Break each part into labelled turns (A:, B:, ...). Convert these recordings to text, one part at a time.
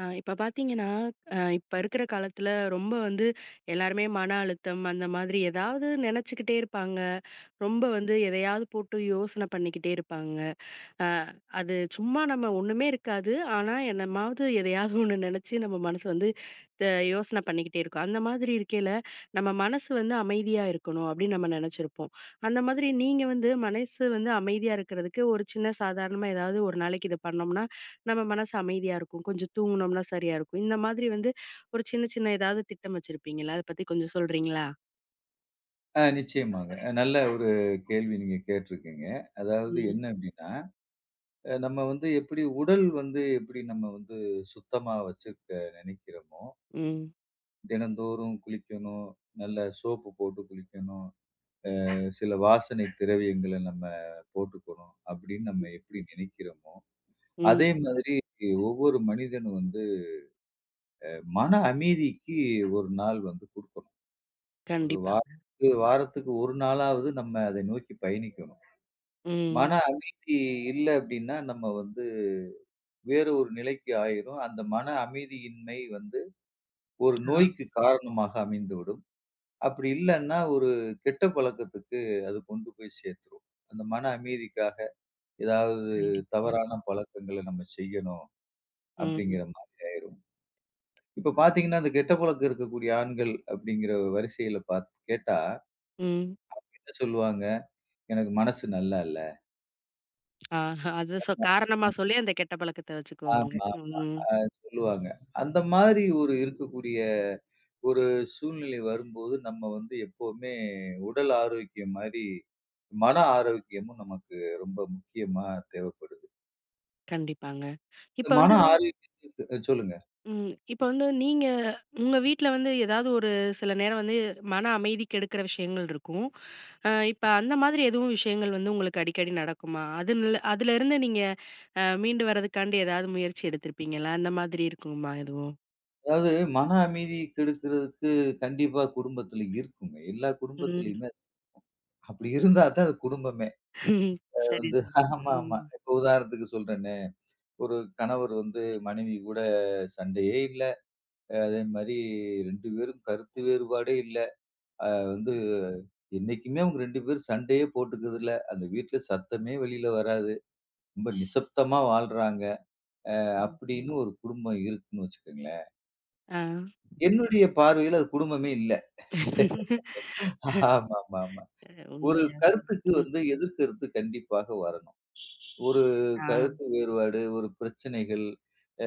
A: ஆ இப்ப பார்த்தீங்கன்னா, இப்ப இருக்கிற காலத்துல ரொம்ப வந்து எல்லாருமே மன அழுத்தம் அந்த மாதிரி ஏதாவது நெனச்சுக்கிட்டே இருப்பாங்க. ரொம்ப வந்து எதையாவது போட்டு யோசனை பண்ணிக்கிட்டே இருப்பாங்க. அ அது சும்மா நம்ம ஒண்ணுமே இருக்காது. ஆனா, என்னமாவது எதையாவது ஒண்ணு நெனச்சு நம்ம மனசு வந்து த யோசனை பண்ணிக்கிட்டே இருக்கும். அந்த மாதிரி இருக்கையில, நம்ம மனசு வந்து அமைதியா இருக்கணும் அப்படின்னு நம்ம நெனச்சிருப்போம். அந்த மாதிரி நீங்க வந்து மனசு வந்து அமைதியா இருக்கிறதுக்கு ஒரு சின்ன சாதாரணமா ஏதாவது ஒரு நாளைக்கு இத பண்ணோம்னா, நம்ம மனசு அமைதியா இருக்கும். கொஞ்சம் தூங்குனோம்னா சரியா இருக்கும். இந்த மாதிரி வந்து ஒரு சின்ன சின்ன ஏதாவது திட்டம் வச்சிருப்பீங்களா? அத பத்தி கொஞ்சம் சொல்றீங்களா?
B: ஆ நிச்சயமாங்க. நல்ல ஒரு கேள்வி நீங்க கேட்டிருக்கீங்க. அதாவது
A: ம்.
B: என்ன அப்டின்னா, நம்ம வந்து எப்படி உடல் வந்து எப்படி நம்ம வந்து சுத்தமா வச்சுக்க நெனைக்கிறோமோ,
A: ம்.
B: தினந்தோறும் குளிக்கணும், நல்ல சோப்பு போட்டு குளிக்கணும், சில வாசனை திரவியங்கள நம்ம போட்டுக்கணும் அப்படின்னு நம்ம எப்படி நெனைக்கிறோமோ, அதே
A: ம்.
B: மாதிரி ஒவ்வொரு மனிதனும் வந்து மன அமைதிக்கு ஒரு நாள் வந்து குடுக்கணும். ஒரு
A: கண்டிப்பாங்க.
B: வாரத்துக்கு வாரத்துக்கு ஒரு நாளாவது நம்ம அதை நோக்கி பயணிக்கணும்.
A: ம்.
B: மன அமைதி இல்ல அப்டின்னா, நம்ம வந்து வேற ஒரு நிலைக்கு ஆயிரும். அந்த மன அமைதியின்மை வந்து ஒரு
A: ஆ.
B: நோய்க்கு காரணமாக அமைந்துவிடும். அப்படி இல்லன்னா, ஒரு கெட்ட பழக்கத்துக்கு அது கொண்டு போய் சேர்த்துரும். அந்த மன அமைதிக்காக ஏதாவது
A: கண்டிப்பா.
B: தவறான பழக்கங்கள நம்ம செய்யணும்
A: ம்.
B: அப்படிங்கிற மாரி ஆயிரும். இப்ப பார்த்தீங்கன்னா, அந்த கெட்ட பழக்கம் இருக்கக்கூடிய ஆண்கள் அப்படிங்கிற வரிசையில பாத் கேட்டா
A: ம்.
B: என்ன சொல்லுவாங்க? எனக்கு மனசு நல்லா இல்ல.
A: ஆ அது காரணமா சொல்லி அந்த கெட்ட பழக்கத்த வச்சுக்குவாங்க.
B: ஆமா,
A: ம்.
B: சொல்லுவாங்க. அந்த மாதிரி ஒரு இருக்கக்கூடிய ஒரு சூழ்நிலை வரும்போது நம்ம வந்து எப்பவுமே உடல் ஆரோக்கியம் மாரி, மன ஆரோக்கியமும் நமக்கு ரொம்ப முக்கியமா தேவைப்படுது.
A: கண்டிப்பாங்க. இப்ப
B: மன
A: வந்து
B: ஆரோக்கியத்துக்கு சொல்லுங்க.
A: ம். இப்ப வந்து நீங்க உங்க வீட்ல வந்து ஏதாவது ஒரு சில நேரம் வந்து மன அமைதி கெடுக்கிற விஷயங்கள் இருக்கும். இப்ப அந்த மாதிரி எதுவும் விஷயங்கள் வந்து உங்களுக்கு அடிக்கடி நடக்குமா? அதுலருந்து நீங்க மீண்டு வர்றதுக்காண்டி ஏதாவது முயற்சி எடுத்திருப்பீங்களா? அந்த மாதிரி இருக்குமா எதுவும்?
B: அதாவது மன அமைதி கெடுக்கிறதுக்கு கண்டிப்பா குடும்பத்துல இருக்குங்க. எல்லா
A: ம்.
B: குடும்பத்திலயுமே அப்படி இருந்தா தான் அது குடும்பமே. அது
A: சரி,
B: வந்து
A: சரி.
B: ஆமா, ஆமா.
A: ம்.
B: இப்ப உதாரணத்துக்கு சொல்றேனே, ஒரு கணவர் வந்து மனைவி கூட சண்டையே இல்ல. அதே மாரி 2 பேரும் கருத்து வேறுபாடே இல்ல. வந்து
A: ம்.
B: என்னைக்குமே அவங்க 2 பேரும் சண்டையே போட்டுக்கிறதில்ல. அந்த வீட்ல சத்தமே வெளியில வராது. ரொம்ப நிசப்தமா வாழ்றாங்க.
A: ம்.
B: அப்படின்னு ஒரு குடும்பம் இருக்குன்னு வச்சுக்கோங்களேன்.
A: ஆ.
B: என்னுடைய பார்வையில அது குடும்பமே இல்ல. ஆமாமாமா. ஒரு
A: உண்மையா.
B: கருத்துக்கு
A: ம்.
B: வந்து எதிர்க்கருத்து கண்டிப்பாக வரணும். ஒரு
A: ஆ.
B: கருத்து வேறுபாடு, ஒரு பிரச்சனைகள், அ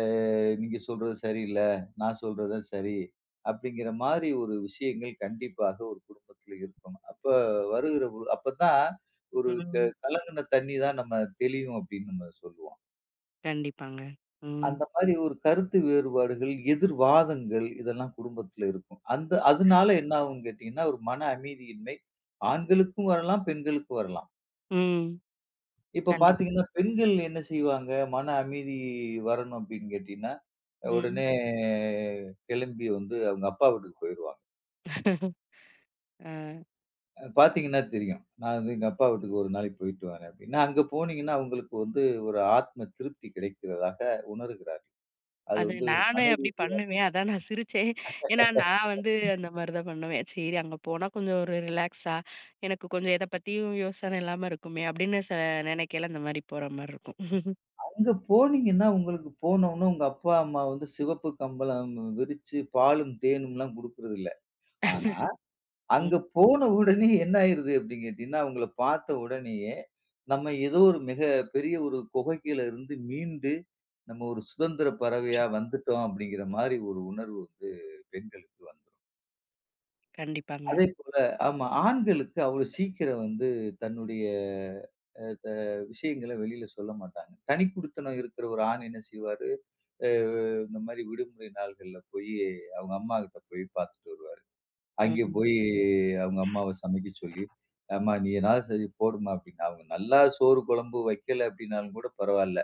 B: நீங்க சொல்றது சரியில்ல, நான் சொல்றது தான் சரி. அப்படிங்கிற மாரி ஒரு விஷயங்கள் கண்டிப்பாக ஒரு குடும்பத்தில இருக்கணும். அப்ப வருகிற பொ அப்பதான் ஒரு க
A: ம்.
B: கலங்கின தண்ணி தான் நம்ம தெளியும் அப்படின்னு நம்ம சொல்லுவோம்.
A: கண்டிப்பாங்க. ம்.
B: அந்த மாரி ஒரு கருத்து வேறுபாடுகள், எதிர்வாதங்கள் இதெல்லாம் குடும்பத்தில இருக்கும். அந்த அதனால என்ன ஆகும்ன்னு கேட்டீங்கன்னா, ஒரு மன அமைதியின்மை ஆண்களுக்கும் வரலாம், பெண்களுக்கும் வரலாம்.
A: ம்.
B: இப்ப
A: கண்டிப்பா.
B: பார்த்தீங்கன்னா, பெண்கள் என்ன செய்வாங்க? மன அமைதி வரணும் அப்டின்னு கேட்டீங்கன்னா,
A: ம்.
B: உடனே கிளம்பி வந்து அவங்க அப்பா வீட்டுக்கு போயிருவாங்க.
A: அ
B: பார்த்தீங்கன்னா தெரியும். நான் வந்து எங்க அப்பா வீட்டுக்கு ஒரு நாளைக்கு போயிட்டு வரேன் அப்டின்னா, அங்க போனீங்கன்னா அவங்களுக்கு வந்து ஒரு ஆத்ம திருப்தி கிடைக்கிறதாக உணர்கிறார். அது
A: அது
B: வந்து மன
A: நானே அப்படி பண்ணுவேன். அதான் நான் சிரிச்சேன். ஏன்னா நான் வந்து அந்த மாரி தான் பண்ணுவேன். சரி அங்க போனா கொஞ்சம் ஒரு ரிலாக்ஸா, எனக்கு கொஞ்சம் எத பத்தியும் யோசனை இல்லாம இருக்குமே அப்படின்னு நெனைக்கையில அந்த மாரி போற மாரி இருக்கும்.
B: அங்க போனீங்கன்னா, உங்களுக்கு போனோனே உங்க அப்பா, அம்மா வந்து சிவப்பு கம்பளம் விரிச்சு பாலும், தேனும்லாம் குடுக்குறதில்ல. ஆனா அங்க
A: ம்.
B: போன உடனே என்ன ஆயிருது அப்படின்னு கேட்டீங்கன்னா, அவங்கள பார்த்த உடனேயே, நம்ம ஏதோ ஒரு மிக பெரிய ஒரு குகைக்குள்ள இருந்து மீண்டு, நம்ம ஒரு சுதந்திர பறவையா வந்துட்டோம் அப்படிங்கிற மாரி ஒரு உணர்வு வந்து பெண்களுக்கு வந்துரும்.
A: கண்டிப்பாங்க.
B: அதேபோல ஆமா, ஆண்களுக்கு அவ்வளோ சீக்கிரம் வந்து தன்னுடைய அ த விஷயங்கள வெளியில சொல்ல மாட்டாங்க. தனிக்குடித்தனம் இருக்கிற ஒரு ஆண் என்ன செய்வாரு, அ இந்த மாரி விடுமுறை நாள்கள்ல போயி அவங்க அம்மாகிட்ட போய் பார்த்துட்டு வருவாரு. அங்கே
A: ம்.
B: போய் அவங்க அம்மாவ சமைக்க சொல்லி, "அம்மா நீ ஏதாவது சரி போடுமா" அப்படின்னு. அவங்க நல்லா சோறு, குழம்பு வைக்கல அப்படின்னாலும் கூட பரவால்ல.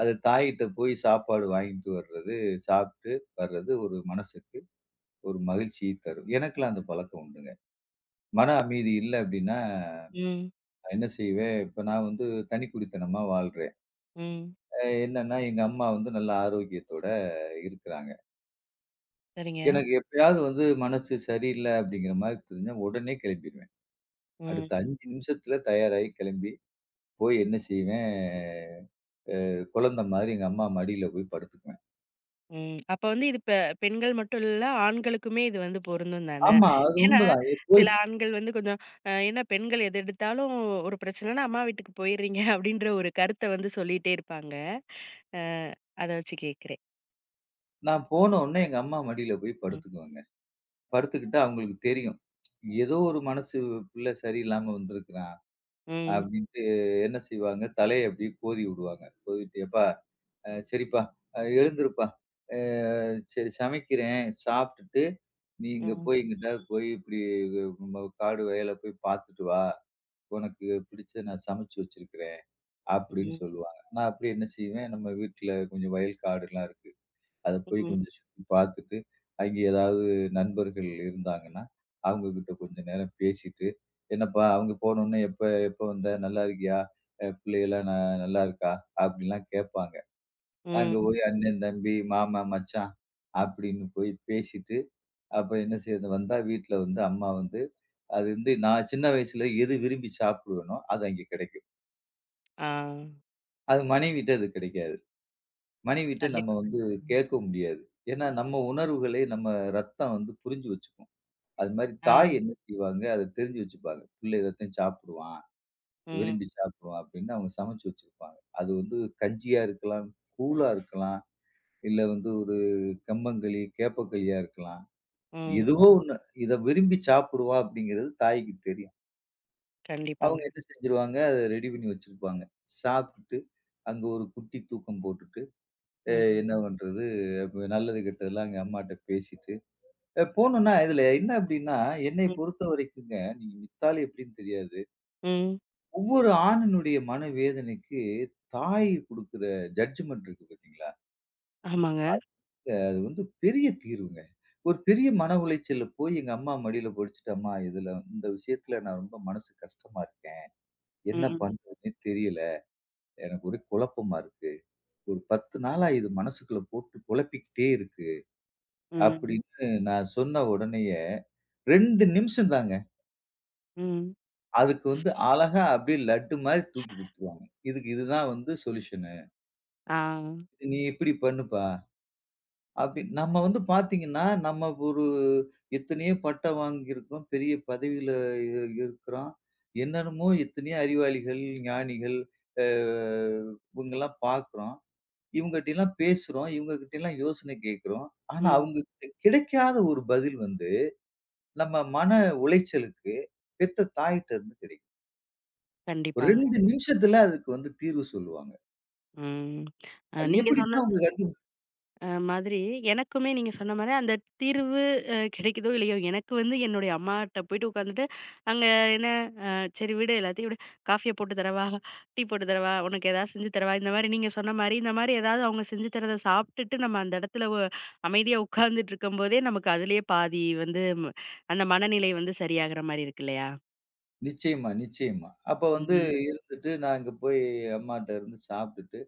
B: அது தாயிட்ட போய் சாப்பாடு வாங்கிட்டு வர்றது, சாப்பிட்டு வர்றது ஒரு மனசுக்கு ஒரு மகிழ்ச்சியை தரும். எனக்கெல்லாம் அந்த பழக்கம் உண்டுங்க. மன அமைதி இல்ல அப்படின்னா,
A: ம்.
B: என்ன செய்வேன், இப்ப நான் வந்து தனிக்குடித்தனமா வாழ்றேன்.
A: ம்.
B: அ என்னன்னா எங்க அம்மா வந்து நல்ல ஆரோக்கியத்தோட இருக்குறாங்க.
A: சரிங்க.
B: எனக்கு எப்பயாவது வந்து மனசு சரியில்ல அப்படிங்கிற மாரி தெரிஞ்சா உடனே கிளம்பிருவேன். அடுத்த
A: ம்.
B: 5 நிமிஷத்துல தயாராகி கிளம்பி போய் என்ன செய்வேன், குழந்தை மாதிரி எங்க அம்மா மடியில போய் படுத்துக்குவேன்.
A: ம். அப்ப வந்து இது பெண்கள் மட்டும் இல்ல, ஆண்களுக்குமே இது வந்து பொருந்தும் தானே?
B: ஆமா. அது
A: ஏன்னா,
B: உண்மதான். எ
A: சில
B: போய்
A: ஆண்கள் வந்து கொஞ்சம் ஏன்னா பெண்கள் எது எடுத்தாலும் ஒரு பிரச்சனைன்னா, அம்மா வீட்டுக்கு போயிறீங்க அப்படின்ற ஒரு கருத்த வந்து சொல்லிட்டே இருப்பாங்க. அ அத வச்சு கேட்கிறேன்.
B: நான் போன உடனே எங்க அம்மா மடியில போய்
A: ம்.
B: படுத்துக்குவேங்க. படுத்துக்கிட்டா அவங்களுக்கு தெரியும். ஏதோ ஒரு மனசு பிள்ளை சரியில்லாம வந்திருக்கிறான்
A: ம்.
B: அப்படின்ட்டு என்ன செய்வாங்க, தலைய அப்படியே கோதி விடுவாங்க. கோதிட்டு, "எப்பா சரிப்பா, எழுந்துருப்பா. அ சரி சமைக்கிறேன். சாப்பிட்டுட்டு நீ இங்க
A: ம்.
B: போய் எங்கிட்டாவது போய் இப்படி வ காடு வயல போய் பார்த்துட்டு வா. உனக்கு பிடிச்சத நான் சமைச்சு வச்சிருக்கிறேன்." அப்படின்னு
A: ம்.
B: சொல்லுவாங்க. நான் அப்படியே என்ன செய்வேன், நம்ம வீட்ல கொஞ்சம் வயல் காடுலாம் இருக்கு. அத போய்
A: ம்.
B: கொஞ்சம் சுத்தி பார்த்துட்டு, அங்கே ஏதாவது நண்பர்கள் இருந்தாங்கன்னா, அவங்க கிட்ட கொஞ்ச நேரம் பேசிட்டு, "என்னப்பா அவங்க போனோனே, எப்ப எப்ப வந்த? நல்லா இருக்கியா? பிள்ளைகள்லாம் ந நல்லா இருக்கா?" அப்படிலாம் கேட்பாங்க. அங்க
A: ம்.
B: போய் அண்ணன், தம்பி, மாமா, மச்சான் அப்படின்னு போய் பேசிட்டு, அப்ப என்ன செய்றது வந்தா வீட்ல வந்து அம்மா வந்து அது வந்து நான் சின்ன வயசுல எது விரும்பி சாப்பிடுவேனோ, அது அங்கே கிடைக்கும்.
A: ஆ.
B: அது மனைவிட்ட அது கிடைக்காது. மனைவிட்ட நம்ம
A: கண்டிப்பாங்க.
B: வந்து
A: ம்.
B: கேட்க முடியாது. ஏன்னா, நம்ம உணர்வுகளை நம்ம ரத்தம் வந்து புரிஞ்சு வச்சுக்கும். அது மாரி
A: ஆ.
B: தாய் என்ன செய்வாங்க, அத தெரிஞ்சு வச்சுப்பாங்க. பிள்ளை எல்லாத்தையும் சாப்பிடுவான்,
A: ம்.
B: விரும்பி சாப்பிடுவான் அப்படின்னு அவங்க சமைச்சு வச்சிருப்பாங்க. அது வந்து கஞ்சியா இருக்கலாம், கூழா இருக்கலாம், இல்ல வந்து ஒரு கம்பங்களி, கேப்பக்களியா இருக்கலாம்.
A: ம்.
B: எதுவோ ஒண்ணு. இத விரும்பி சாப்பிடுவான் அப்படிங்கிறது தாய்க்கு தெரியும். அவங்க
A: கண்டிப்பாங்க.
B: என்ன செஞ்சுருவாங்க, அத ரெடி பண்ணி வச்சிருப்பாங்க. சாப்பிட்டுட்டு, அங்க ஒரு குட்டி தூக்கம் போட்டுட்டு அ
A: ம்.
B: என்ன பண்றது? அப்ப நல்லது கெட்டதெல்லாம் எங்க அம்மாட்ட பேசிட்டு போனோம்னா இதுல என்ன அப்டின்னா, என்னை
A: ம்.
B: பொறுத்தவரைக்குங்க, நீங்க மித்தாலி எப்டின்னு தெரியாது.
A: ம்.
B: ஒவ்வொரு ஆணினுடைய மனவேதனைக்கு தாய் குடுக்குற ஜட்ஜ்மெண்ட் இருக்கு பார்த்தீங்களா?
A: ஆமாங்க.
B: அது வந்து பெரிய தீர்வுங்க. ஒரு பெரிய மன உளைச்சல்ல போய் எங்க அம்மா மடியில படிச்சுட்டு, "அம்மா இதுல இந்த விஷயத்துல நான் ரொம்ப மனசு கஷ்டமா இருக்கேன். என்ன
A: ம்.
B: பண்றதுன்னே தெரியல. எனக்கு ஒரே குழப்பமா இருக்கு. ஒரு 10 நாளா இது மனசுக்குள்ள போட்டு குழப்பிக்கிட்டே இருக்கு."
A: ம்.
B: அப்டின்னு நான் சொன்ன உடனே 2 நிமிஷம் தாங்க.
A: ம்.
B: அதுக்கு வந்து அழகா அப்படியே லட்டு மாரி தூக்கி குடுத்துருவாங்க. இதுக்கு இதுதான் வந்து சொல்யூஷனு.
A: ஆ.
B: நீ இப்படி பண்ணுப்பா. அப்படி நம்ம வந்து பார்த்தீங்கன்னா, நம்ம ஒரு எத்தனையோ பட்டம் வாங்கியிருக்கோம். பெரிய பதவியில இ இருக்கிறோம். என்னென்னமோ எத்தனையோ அறிவாளிகள், ஞானிகள் அ இவங்கலாம் பார்க்குறோம். இவங்ககிட்டலாம் பேசுறோம். இவங்ககிட்டலாம் யோசனை கேட்கிறோம். ஆனா
A: ம்.
B: அவங்ககிட்ட கிடைக்காத ஒரு பதில் வந்து, நம்ம மன உளைச்சலுக்கு பெத்த தாயிட்ட இருந்து கிடைக்கும். ஒரு
A: கண்டிப்பாங்க.
B: 2 நிமிஷத்துல அதுக்கு வந்து தீர்வு சொல்லுவாங்க.
A: ம்.
B: அது
A: நீங்க
B: எப்படின்னா
A: சொன்னது
B: அவங்க கண்டு
A: மாதிரி எனக்குமே நீங்க சொன்ன மாரி அந்த தீர்வு கிடைக்குதோ இல்லையோ, எனக்கு வந்து என்னுடைய அம்மாட்ட போயிட்டு உட்காந்துட்டு, அங்க என்ன அ சரி விடு எல்லாத்தையும் விடு. காஃபிய போட்டு தரவா? டீ போட்டு தரவா? உனக்கு ஏதாவது செஞ்சு தரவா? இந்த மாரி நீங்க சொன்ன மாரி, இந்த மாரி ஏதாவது அவங்க செஞ்சு தரத சாப்பிட்டுட்டு நம்ம அந்த இடத்துல அமைதியா உட்கார்ந்துட்டு இருக்கும்போதே, நமக்கு அதிலேயே பாதி வந்து அந்த மனநிலை வந்து சரியாகிற மாரி இருக்கு இல்லையா?
B: நிச்சயமா, நிச்சயமா. அப்ப வந்து
A: ம்.
B: இருந்துட்டு நான் அங்க போய் அம்மாட்ட இருந்து சாப்பிட்டுட்டு,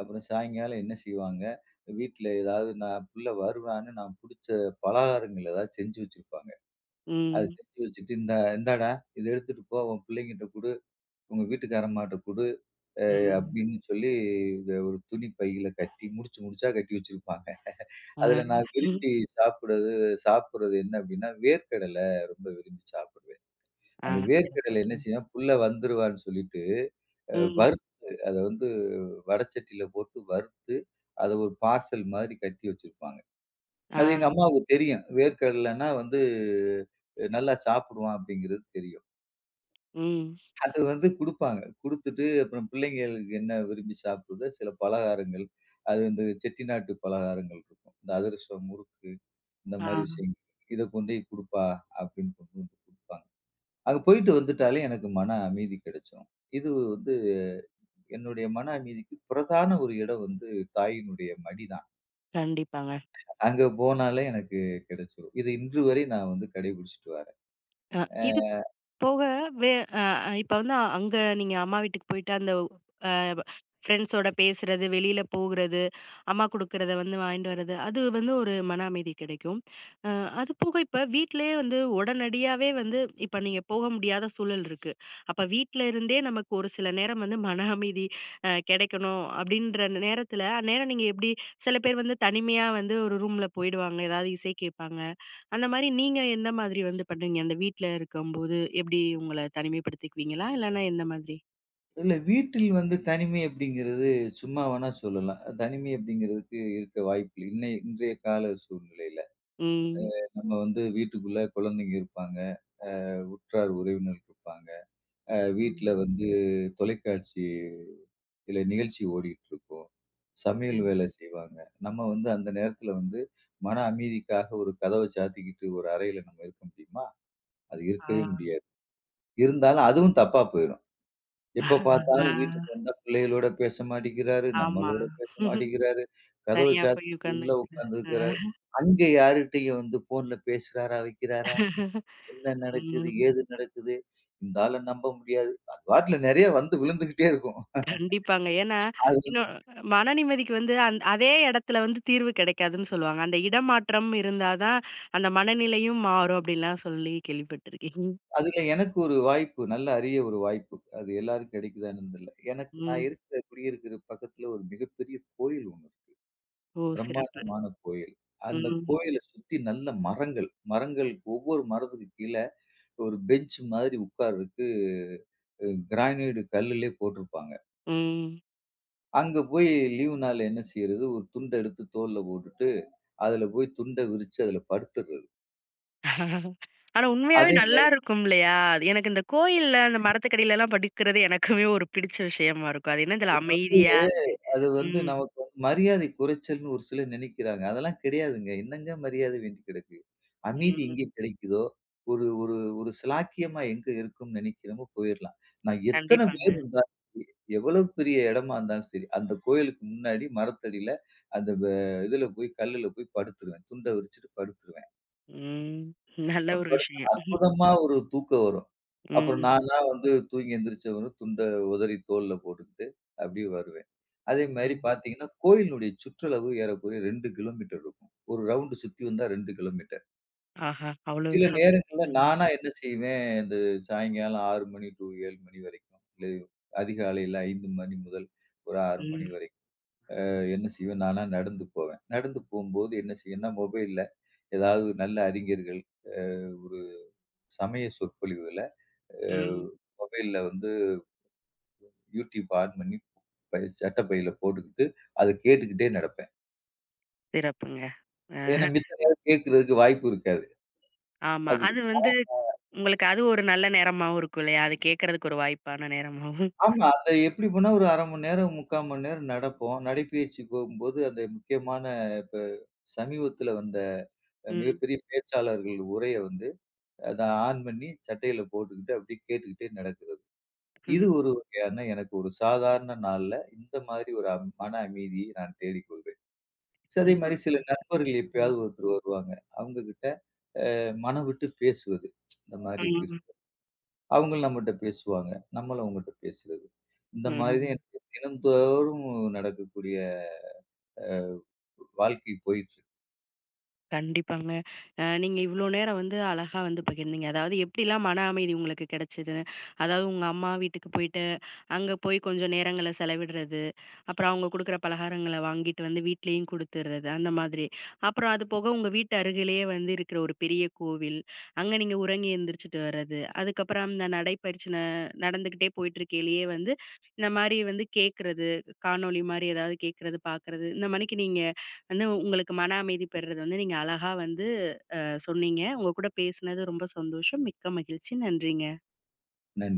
B: அப்புறம் சாயங்காலம் என்ன செய்வாங்க, வீட்ல ஏதாவது நான் புள்ள வருவான்னு நான் புடிச்ச பலகாரங்கள் ஏதாவது செஞ்சு வச்சிருப்பாங்க. அத
A: ம்.
B: செஞ்சு வச்சுட்டு, "இந்தா இந்தாடா இத எடுத்துட்டு போ, உன் பிள்ளைங்கட்ட குடு, உங்க வீட்டுக்காரம்மாட்ட குடு"
A: ம்.
B: அப்படின்னு சொல்லி இத ஒரு துணி பையில கட்டி முடிச்சு முடிச்சா கட்டி வச்சிருப்பாங்க.
A: ஆ.
B: அதுல நான்
A: ம்.
B: விரும்பி சாப்பிடுறது சாப்பிடுறது என்ன அப்டின்னா, வேர்க்கடலை ரொம்ப விரும்பி சாப்பிடுவேன்.
A: ஆ
B: அந்த
A: சிறப்பு.
B: வேர்க்கடலை என்ன
A: ம்.
B: செய்யும், புள்ள வந்துருவான்னு சொல்லிட்டு,
A: ம்.
B: வறுத்து அத வந்து வடச்சட்டியில போட்டு வறுத்து, அத ஒரு பார்சல் மாதிரி கட்டி வச்சிருப்பாங்க. அது எங்க
A: ஆ.
B: அம்மாவுக்கு தெரியும். வேர்க்கடலைன்னா வந்து நல்லா சாப்பிடுவான் அப்டிங்கிறது தெரியும்.
A: ம்.
B: அது வந்து குடுப்பாங்க. குடுத்துட்டு அப்புறம் பிள்ளைங்களுக்கு என்ன விரும்பி சாப்பிடுதோ, சில பலகாரங்கள், அது இந்த செட்டிநாட்டு பலகாரங்கள் இருக்கும். இந்த அதிரசம், முறுக்கு இந்த மாரி
A: ஆ,
B: விஷயங்கள். இத கொண்டோய் குடுப்பா அப்படின்னு கொண்டு வந்து குடுப்பாங்க. அங்க போயிட்டு வந்துட்டாலே எனக்கு மன அமைதி கிடைச்சுரும். இது வந்து என்னுடைய மன அமைதிக்கு பிரதான ஒரு இடம் வந்து தாயினுடைய மடிதான்.
A: கண்டிப்பாங்க.
B: அங்க போனாலே எனக்கு கிடைச்சுரும். இது இன்று வரை நான் வந்து கடைபிடிச்சுட்டு வரேன்.
A: அ
B: அ
A: இது போக வே அ அ, இப்ப வந்து அங்க நீங்க அம்மா வீட்டுக்கு போயிட்டு அந்த அ ஃப்ரெண்ட்ஸோட பேசுறது, வெளியில போகுறது, அம்மா குடுக்கறத வந்து வாங்கிட்டு வர்றது, அது வந்து ஒரு மன அமைதி கிடைக்கும். அ அது போக இப்ப வீட்லயே வந்து உடனடியாவே வந்து இப்ப நீங்க போக முடியாத சூழல் இருக்கு. அப்ப வீட்ல இருந்தே நமக்கு ஒரு சில நேரம் வந்து மன அமைதி கிடைக்கணும் அப்படின்ற நேரத்துல, அந்நேரம் நீங்க எப்படி சில பேர் வந்து தனிமையா வந்து ஒரு ரூம்ல போயிடுவாங்க. ஏதாவது இசை கேட்பாங்க. அந்த மாரி நீங்க எந்த மாதிரி வந்து பண்ணுவீங்க? அந்த வீட்ல இருக்கும்போது எப்படி உங்கள தனிமைப்படுத்திக்குவீங்களா? இல்லன்னா எந்த மாதிரி?
B: இல்ல வீட்டில் வந்து தனிமை அப்படிங்கிறது சும்மா வேணா சொல்லலாம். தனிமை அப்படிங்கிறதுக்கு இருக்க வாய்ப்பில்ல. இன்றைய கால சூழ்நிலையில
A: ம்.
B: நம்ம வந்து வீட்டுக்குள்ள குழந்தைங்க இருப்பாங்க, உற்றார் உறவினர் இருப்பாங்க, வீட்ல
A: ம்.
B: வந்து தொலைக்காட்சி இல்ல நிகழ்ச்சி ஓடிட்டு இருக்கும். சமையல்
A: ம்.
B: வேலை செய்வாங்க. நம்ம வந்து அந்த நேரத்துல வந்து மன அமைதிக்காக ஒரு கதவ சாத்திக்கிட்டு ஒரு அறையில நம்ம இருக்க முடியுமா? அது
A: ஆ.
B: இருக்கவே முடியாது. இருந்தாலும் அதுவும் தப்பா போயிரும். எப்ப
A: ஆ.
B: பார்த்தாலும் வீட்டுக்கு வந்தா பிள்ளைகளோட பேச மாட்டேங்கிறாரு,
A: ஆமா.
B: நம்மளோட பேச மாட்டேங்கிறாரு. கதவ
A: தனியா போய்
B: சாத்திக்கிட்டு உள்ள
A: உட்காந்துக்குறது. ஆ.
B: உட்கார்ந்துருக்கிறாரு. அங்க யார்கிட்டயும் வந்து ஃபோன்ல பேசுறாரா, வைக்கிறாரா? என்ன நடக்குது?
A: ம்.
B: ஏது நடக்குது? இந்த ஆள நம்ப முடியாது. அது பாட்டுல நெறைய வந்து விழுந்துகிட்டே இருக்கும்.
A: கண்டிப்பாங்க. ஏன்னா,
B: அது
A: இன்னும் மன நிம்மதிக்கு வந்து அதே இடத்துல வந்து தீர்வு கிடைக்காதுன்னு சொல்லுவாங்க. அந்த இடமாற்றம் இருந்தா தான் அந்த மனநிலையும் மாறும் அப்படின்லாம் சொல்லி கேள்விப்பட்டுருக்கேன்.
B: அதுல எனக்கு ஒரு வாய்ப்பு, நல்ல அரிய ஒரு வாய்ப்பு. அது எல்லாரும் கிடைக்குதான்னு தெரியல. எனக்கு நான்
A: ம்.
B: இருக்கிற குடியிருக்கிற பக்கத்துல ஒரு மிகப்பெரிய கோயில் ஒண்ணு இருக்கு.
A: ஓ! சிறப்பு.
B: பிரம்மாண்டமான கோயில். அந்த
A: ம்.
B: கோயில சுத்தி நல்ல மரங்கள். மரங்கள் ஒவ்வொரு மரத்துக்கு கீழ ஒரு பெஞ்ச் மாதிரி உட்கார்றதுக்கு கிரானைட் கல்லுலே போட்டிருப்பாங்க.
A: ம்.
B: அங்க போய் லீவு நாள்ல என்ன செய்றது, ஒரு துண்ட எடுத்து தோள்ல போட்டுட்டு, அதுல போய் துண்ட விரிச்சு அதுல படுத்துறது.
A: ஆனா உண்மையாவே
B: அதே
A: நல்லா
B: மாரி
A: இருக்கும் இல்லையா? அது எனக்கு இந்த கோயில்ல, அந்த மரத்துக்கடியிலலாம் படிக்கிறது எனக்குமே ஒரு பிடிச்ச விஷயமா இருக்கும். அது என்ன தெர்ல
B: வந்து
A: அமைதியா
B: அது வந்து
A: ம்,
B: நமக்கு வந்து மரியாதை குறைச்சல்ன்னு ஒரு சிலர் நினைக்கிறாங்க. அதெல்லாம் கிடையாதுங்க. என்னங்க மரியாதை வேண்டி கிடக்கு? அமைதி
A: ம்.
B: எங்கே கிடைக்குதோ, ஒரு ஒரு ஒரு சிலாக்கியமா எங்க இருக்கும்னு நினைக்கிறோமோ போயிரலாம். நான் எத்தன பேர்
A: கண்டிப்பாங்க.
B: இருந்தாலும் சரி, எவ்வளவு பெரிய இடமா இருந்தாலும் சரி, அந்த கோயிலுக்கு முன்னாடி மரத்தடியில அந்த வ இதுல போய் கல்லுல போய் படுத்துருவேன். துண்ட விரிச்சுட்டு படுத்துருவேன்.
A: ம். நல்ல ஒரு
B: படுத்தா
A: விஷயம்.
B: அற்புதமா ஒரு தூக்கம் வரும். அப்புறம்
A: ம்,
B: நானா வந்து தூங்கி எந்திரிச்சவரும் துண்ட உதறி தோள்ல போட்டுக்கிட்டு அப்படியே வருவேன். அதே மாரி
A: ம்.
B: பார்த்தீங்கன்னா, கோயிலினுடைய சுற்றளவு ஏறக்குறைய 2 கிலோமீட்டர் இருக்கும். ஒரு ரவுண்டு சுத்தி வந்தா 2 கிலோமீட்டர்.
A: ஆஹா!
B: சில
A: அவ்வளவுதான்.
B: நேரங்கள்ல
A: ம்,
B: நானா என்ன செய்வேன், இந்த சாயங்காலம் 6 மணி டூ 7 மணி வரைக்கும், இல்லை அதிகாலையில 5 மணி முதல் ஒரு 6 மணி
A: ம்,
B: வரைக்கும் என்ன செய்வேன், நானா நடந்து போவேன். நடந்து போம்போது என்ன செய்வேன்னா, மொபைல்ல ஏதாவது நல்ல அறிஞர்கள், அ ஒரு சமய சொற்பொழிவுகள அ
A: ம்.
B: மொபைல்ல வந்து யூடியூப் ஆன் பண்ணி பை சட்டப்பையில போட்டுக்கிட்டு, அத கேட்டுக்கிட்டே நடப்பேன்.
A: சிறப்புங்க. அ
B: ஏன்னா மித்த நேரம் கேட்கறதுக்கு வாய்ப்பு இருக்காது.
A: ஆமா.
B: அது
A: அது வந்து உங்களுக்கு அது ஒரு நல்ல நேரமாவும் இருக்கும் இல்லையா? அது கேட்கறதுக்கு ஒரு வாய்ப்பான நேரமாவும்.
B: ஆமா. அத எப்படி போனா ஒரு 1/2 மணி நேரம், 3/4 மணி நேரம் நடப்போம். நடைப்பயிற்சி போகும்போது அந்த முக்கியமான இப்ப சமீபத்துல வந்த
A: ம்.
B: மிகப்பெரிய பேச்சாளர்கள் உரைய வந்து, அத ஆன் பண்ணி சட்டையில போட்டுக்கிட்டு அப்படியே கேட்டுக்கிட்டே நடக்கிறது. இது
A: ம்.
B: ஒரு வகையான எனக்கு ஒரு சாதாரண நாள்ல இந்த மாதிரி ஒரு மன அமைதியை நான் தேடிக்கொள்வேன். சோ அதே
A: உண்ம.
B: மாரி சில நண்பர்கள்
A: ம்.
B: எப்பயாவது ஒருத்தர் வருவாங்க. அவங்க கிட்ட மனம் விட்டு பேசுவது. இந்த மாரி இப்படி
A: ம்.
B: அவங்க நம்மட்ட பேசுவாங்க. நம்மளும் அவங்கட்ட பேசுறது. இந்த மாதிரி தான்
A: ம்.
B: எனக்கு தினந்தோறும் நடக்கக்கூடிய வாழ்க்கை போயிட்டுருக்கு.
A: கண்டிப்பாங்க. நீங்க இவ்ளோ நேரம் வந்து அழகா வந்து பகிர்ந்தீங்க. அதாவது எப்படிலாம் மன அமைதி உங்களுக்கு கிடைச்சது? அதாவது உங்க அம்மா வீட்டுக்கு போயிட்டு அங்க போய் கொஞ்சம் நேரங்கள செலவிடுறது. அப்புறம் அவங்க குடுக்குற பலகாரங்கள வாங்கிட்டு வந்து வீட்லயும் குடுத்துறது, அந்த மாதிரி. அப்புறம் அது போக உங்க வீட்டு அருகிலேயே வந்து இருக்கிற ஒரு பெரிய கோவில், அங்க நீங்க உறங்கி எந்திரிச்சுட்டு வர்றது. அதுக்கப்புறம் அந்த நடைப்பயிற்சி நடந்துகிட்டே போயிட்டுருக்கையிலேயே வந்து இந்த மாரி வந்து கேட்கறது, காணொளி மாரி ஏதாவது கேட்கறது, பார்க்கறது. இந்த மாணிக்கு நீங்க வந்து உங்களுக்கு மன அமைதி பெறுறது வந்து நீங்க அழகா வந்து சொன்னீங்க. உங்க கூட பேசினது ரொம்ப சந்தோஷம். மிக்க மகிழ்ச்சி. நன்றிங்க.
B: நன்றி.